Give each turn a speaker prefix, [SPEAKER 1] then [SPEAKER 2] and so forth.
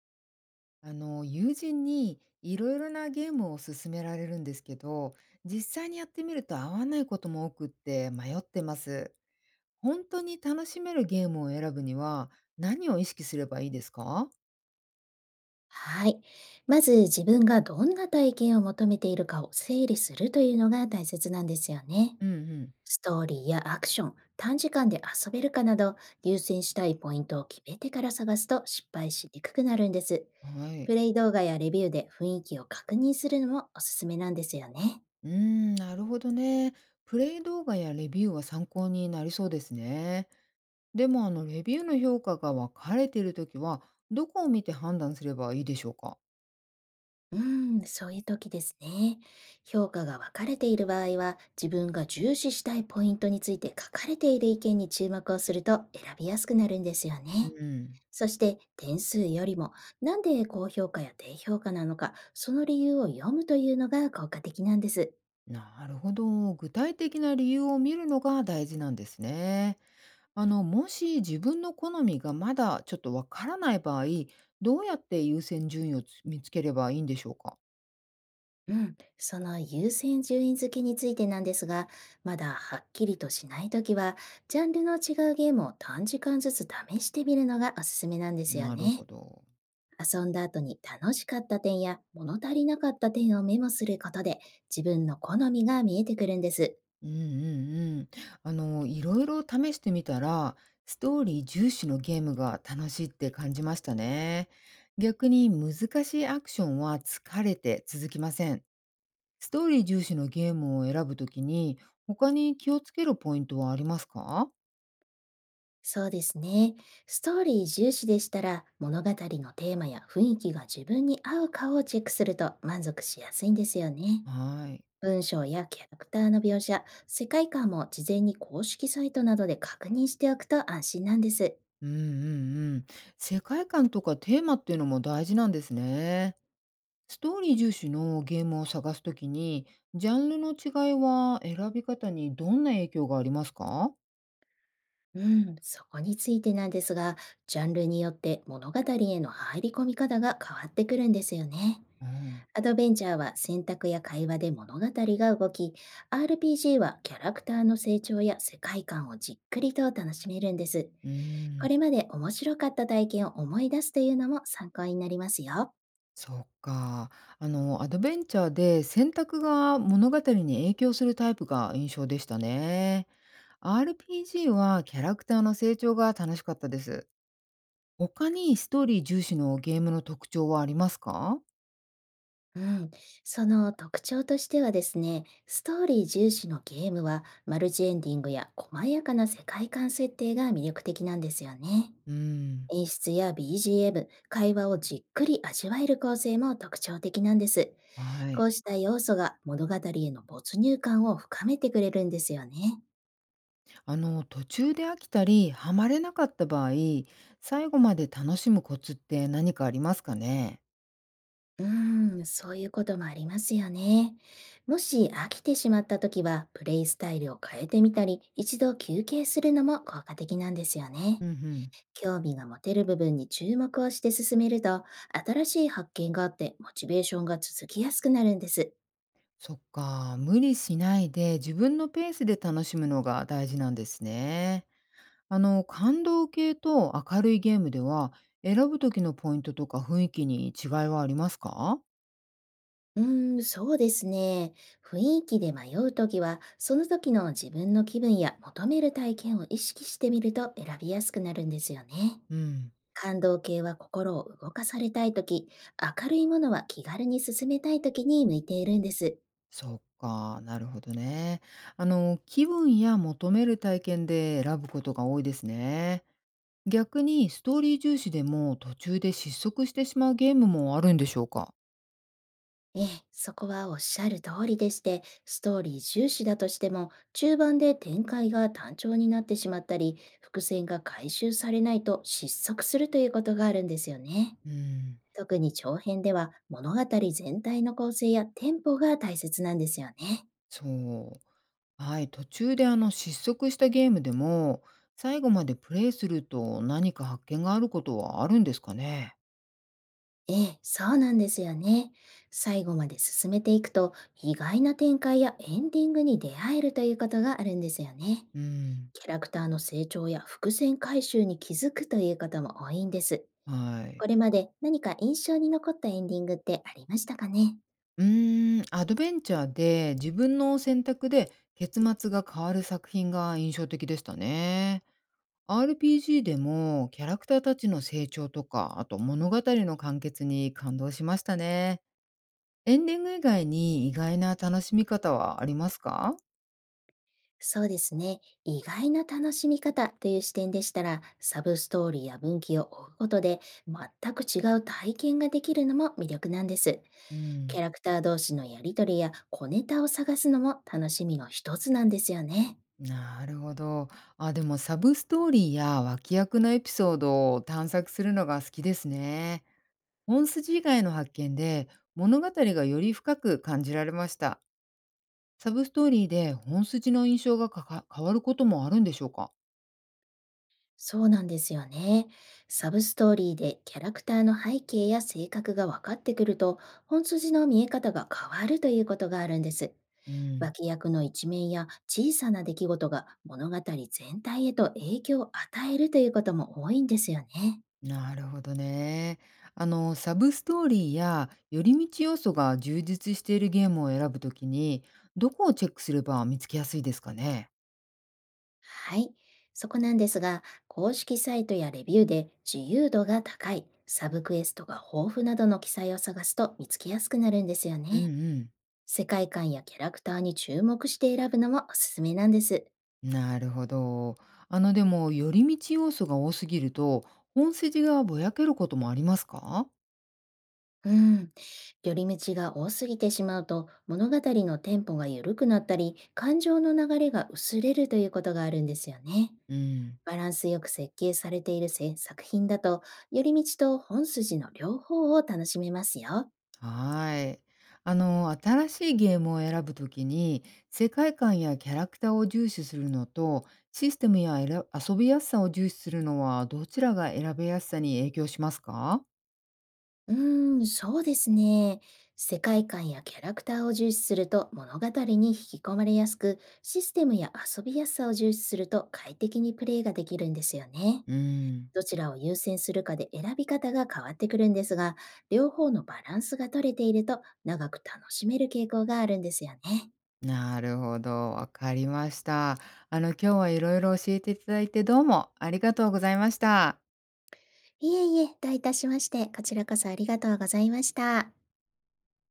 [SPEAKER 1] 友人にいろいろなゲームを勧められるんですけど、実際にやってみると合わないことも多くって迷ってます。本当に楽しめるゲームを選ぶには何を意識すればいいですか？
[SPEAKER 2] はい。まず自分がどんな体験を求めているかを整理するというのが大切なんですよね。
[SPEAKER 1] うんうん。
[SPEAKER 2] ストーリーやアクション、短時間で遊べるかなど、優先したいポイントを決めてから探すと失敗しにくくなるんです。
[SPEAKER 1] はい。
[SPEAKER 2] プレイ動画やレビューで雰囲気を確認するのもおすすめなんですよね。
[SPEAKER 1] うーん、なるほどね。プレイ動画やレビューは参考になりそうですね。でも、レビューの評価が分かれているときは、どこを見て判断すればいいでしょうか？
[SPEAKER 2] うーん、そういう時ですね。評価が分かれている場合は、自分が重視したいポイントについて書かれている意見に注目をすると選びやすくなるんですよね。
[SPEAKER 1] うん。
[SPEAKER 2] そして、点数よりも、なんで高評価や低評価なのか、その理由を読むというのが効果的なんです。
[SPEAKER 1] なるほど。具体的な理由を見るのが大事なんですね。もし自分の好みがまだちょっとわからない場合、どうやって優先順位をつ見つければいいんでしょうか？
[SPEAKER 2] うん、その優先順位付けについてなんですが、まだはっきりとしないときは、ジャンルの違うゲームを短時間ずつ試してみるのがおすすめなんですよ
[SPEAKER 1] なる
[SPEAKER 2] ね。
[SPEAKER 1] ほど。
[SPEAKER 2] 遊んだ後に楽しかった点や物足りなかった点をメモすることで、自分の好みが見えてくるんです。
[SPEAKER 1] うんうんうん。いろいろ試してみたら、ストーリー重視のゲームが楽しいって感じましたね。逆に難しいアクションは疲れて続きません。ストーリー重視のゲームを選ぶときに、他に気をつけるポイントはありますか？
[SPEAKER 2] そうですね。ストーリー重視でしたら、物語のテーマや雰囲気が自分に合うかをチェックすると満足しやすいんですよね。
[SPEAKER 1] はい。
[SPEAKER 2] 文章やキャラクターの描写、世界観も事前に公式サイトなどで確認しておくと安心なんです。
[SPEAKER 1] うんうんうん。世界観とかテーマっていうのも大事なんですね。ストーリー重視のゲームを探すときに、ジャンルの違いは選び方にどんな影響がありますか？
[SPEAKER 2] うん、そこについてなんですが、ジャンルによって物語への入り込み方が変わってくるんですよね。
[SPEAKER 1] うん。
[SPEAKER 2] アドベンチャーは選択や会話で物語が動き、RPG はキャラクターの成長や世界観をじっくりと楽しめるんです。
[SPEAKER 1] うー
[SPEAKER 2] これ
[SPEAKER 1] ん、
[SPEAKER 2] まで面白かった体験を思い出すというのも参考になりますよ。
[SPEAKER 1] そっか。アドベンチャーで選択が物語に影響するタイプが印象でしたね。RPG はキャラクターの成長が楽しかったです。他にストーリー重視のゲームの特徴はありますか？
[SPEAKER 2] うん、その特徴としてはですね、ストーリー重視のゲームはマルチエンディングや細やかな世界観設定が魅力的なんですよね。
[SPEAKER 1] うん。
[SPEAKER 2] 演出や BGM、会話をじっくり味わえる構成も特徴的なんです。
[SPEAKER 1] は
[SPEAKER 2] こ
[SPEAKER 1] い。
[SPEAKER 2] うした要素が物語への没入感を深めてくれるんですよね。
[SPEAKER 1] 途中で飽きたり、ハマれなかった場合、最後まで楽しむコツって何かありますかね？
[SPEAKER 2] うーん、そういうこともありますよね。もし飽きてしまった時は、プレイスタイルを変えてみたり、一度休憩するのも効果的なんですよ
[SPEAKER 1] う
[SPEAKER 2] ね。
[SPEAKER 1] んうん。
[SPEAKER 2] 興味が持てる部分に注目をして進めると、新しい発見があってモチベーションが続きやすくなるんです。
[SPEAKER 1] そっか。無理しないで自分のペースで楽しむのが大事なんですね。感動系と明るいゲームでは、選ぶ時のポイントとか雰囲気に違いはありますか？
[SPEAKER 2] うーん、そうですね。雰囲気で迷うときは、その時の自分の気分や求める体験を意識してみると選びやすくなるんですよね。
[SPEAKER 1] うん。
[SPEAKER 2] 感動系は心を動かされたいとき、明るいものは気軽に進めたいときに向いているんです。
[SPEAKER 1] そっか、なるほどね。気分や求める体験で選ぶことが多いですね。逆に、ストーリー重視でも途中で失速してしまうゲームもあるんでしょうか？
[SPEAKER 2] ええ、そこはおっしゃる通りでして、ストーリー重視だとしても、中盤で展開が単調になってしまったり、伏線が回収されないと失速するということがあるんですよね。
[SPEAKER 1] うん。
[SPEAKER 2] 特に長編では、物語全体の構成やテンポが大切なんですよね。
[SPEAKER 1] そう。はい、途中で失速したゲームでも、最後までプレイすると何か発見があることはあるんですかね？
[SPEAKER 2] ええ、そうなんですよね。最後まで進めていくと、意外な展開やエンディングに出会えるということがあるんですよね。
[SPEAKER 1] うん。
[SPEAKER 2] キャラクターの成長や伏線回収に気づくということも多いんです。
[SPEAKER 1] は
[SPEAKER 2] こ
[SPEAKER 1] い。
[SPEAKER 2] れまで何か印象に残ったエンディングってありましたかね
[SPEAKER 1] うーん、アドベンチャーで自分の選択で結末が変わる作品が印象的でしたね。RPG でもキャラクターたちの成長とか、あと物語の完結に感動しましたね。エンディング以外に意外な楽しみ方はありますか？
[SPEAKER 2] そうですね。意外な楽しみ方という視点でしたら、サブストーリーや分岐を追うことで、全く違う体験ができるのも魅力なんです。
[SPEAKER 1] う
[SPEAKER 2] キ
[SPEAKER 1] ん。
[SPEAKER 2] ャラクター同士のやりとりや小ネタを探すのも楽しみの一つなんですよね。
[SPEAKER 1] なるほど。あ、でもサブストーリーや脇役のエピソードを探索するのが好きですね。本筋以外の発見で物語がより深く感じられました。サブストーリーで本筋の印象がかか変わることもあるんでしょうか？
[SPEAKER 2] そうなんですよね。サブストーリーでキャラクターの背景や性格が分かってくると、本筋の見え方が変わるということがあるんです。
[SPEAKER 1] うん、
[SPEAKER 2] 脇役の一面や小さな出来事が物語全体へと影響を与えるということも多いんですよね。
[SPEAKER 1] なるほどね。サブストーリーや寄り道要素が充実しているゲームを選ぶときに、どこをチェックすれば見つけやすいですかね。
[SPEAKER 2] はい。そこなんですが、公式サイトやレビューで自由度が高い、サブクエストが豊富などの記載を探すと見つけやすくなるんですよ
[SPEAKER 1] うん
[SPEAKER 2] ね。
[SPEAKER 1] うん。
[SPEAKER 2] 世界観やキャラクターに注目して選ぶのもおすすめなんです。
[SPEAKER 1] なるほど。でも、寄り道要素が多すぎると、本筋がぼやけることもありますか？
[SPEAKER 2] うん。寄り道が多すぎてしまうと、物語のテンポが緩くなったり、感情の流れが薄れるということがあるんですよね。
[SPEAKER 1] うん。
[SPEAKER 2] バランスよく設計されている作品だと、寄り道と本筋の両方を楽しめますよ。
[SPEAKER 1] はい。新しいゲームを選ぶときに、世界観やキャラクターを重視するのと、システムやえら遊びやすさを重視するのは、どちらが選べやすさに影響しますか？
[SPEAKER 2] うーん、そうですね。世界観やキャラクターを重視すると物語に引き込まれやすく、システムや遊びやすさを重視すると快適にプレイができるんですよね。
[SPEAKER 1] うん。
[SPEAKER 2] どちらを優先するかで選び方が変わってくるんですが、両方のバランスが取れていると長く楽しめる傾向があるんですよね。
[SPEAKER 1] なるほど。わかりました。今日はいろいろ教えていただいて、どうもありがとうございました。
[SPEAKER 2] いえいえ、どういたしまして、こちらこそありがとうございました。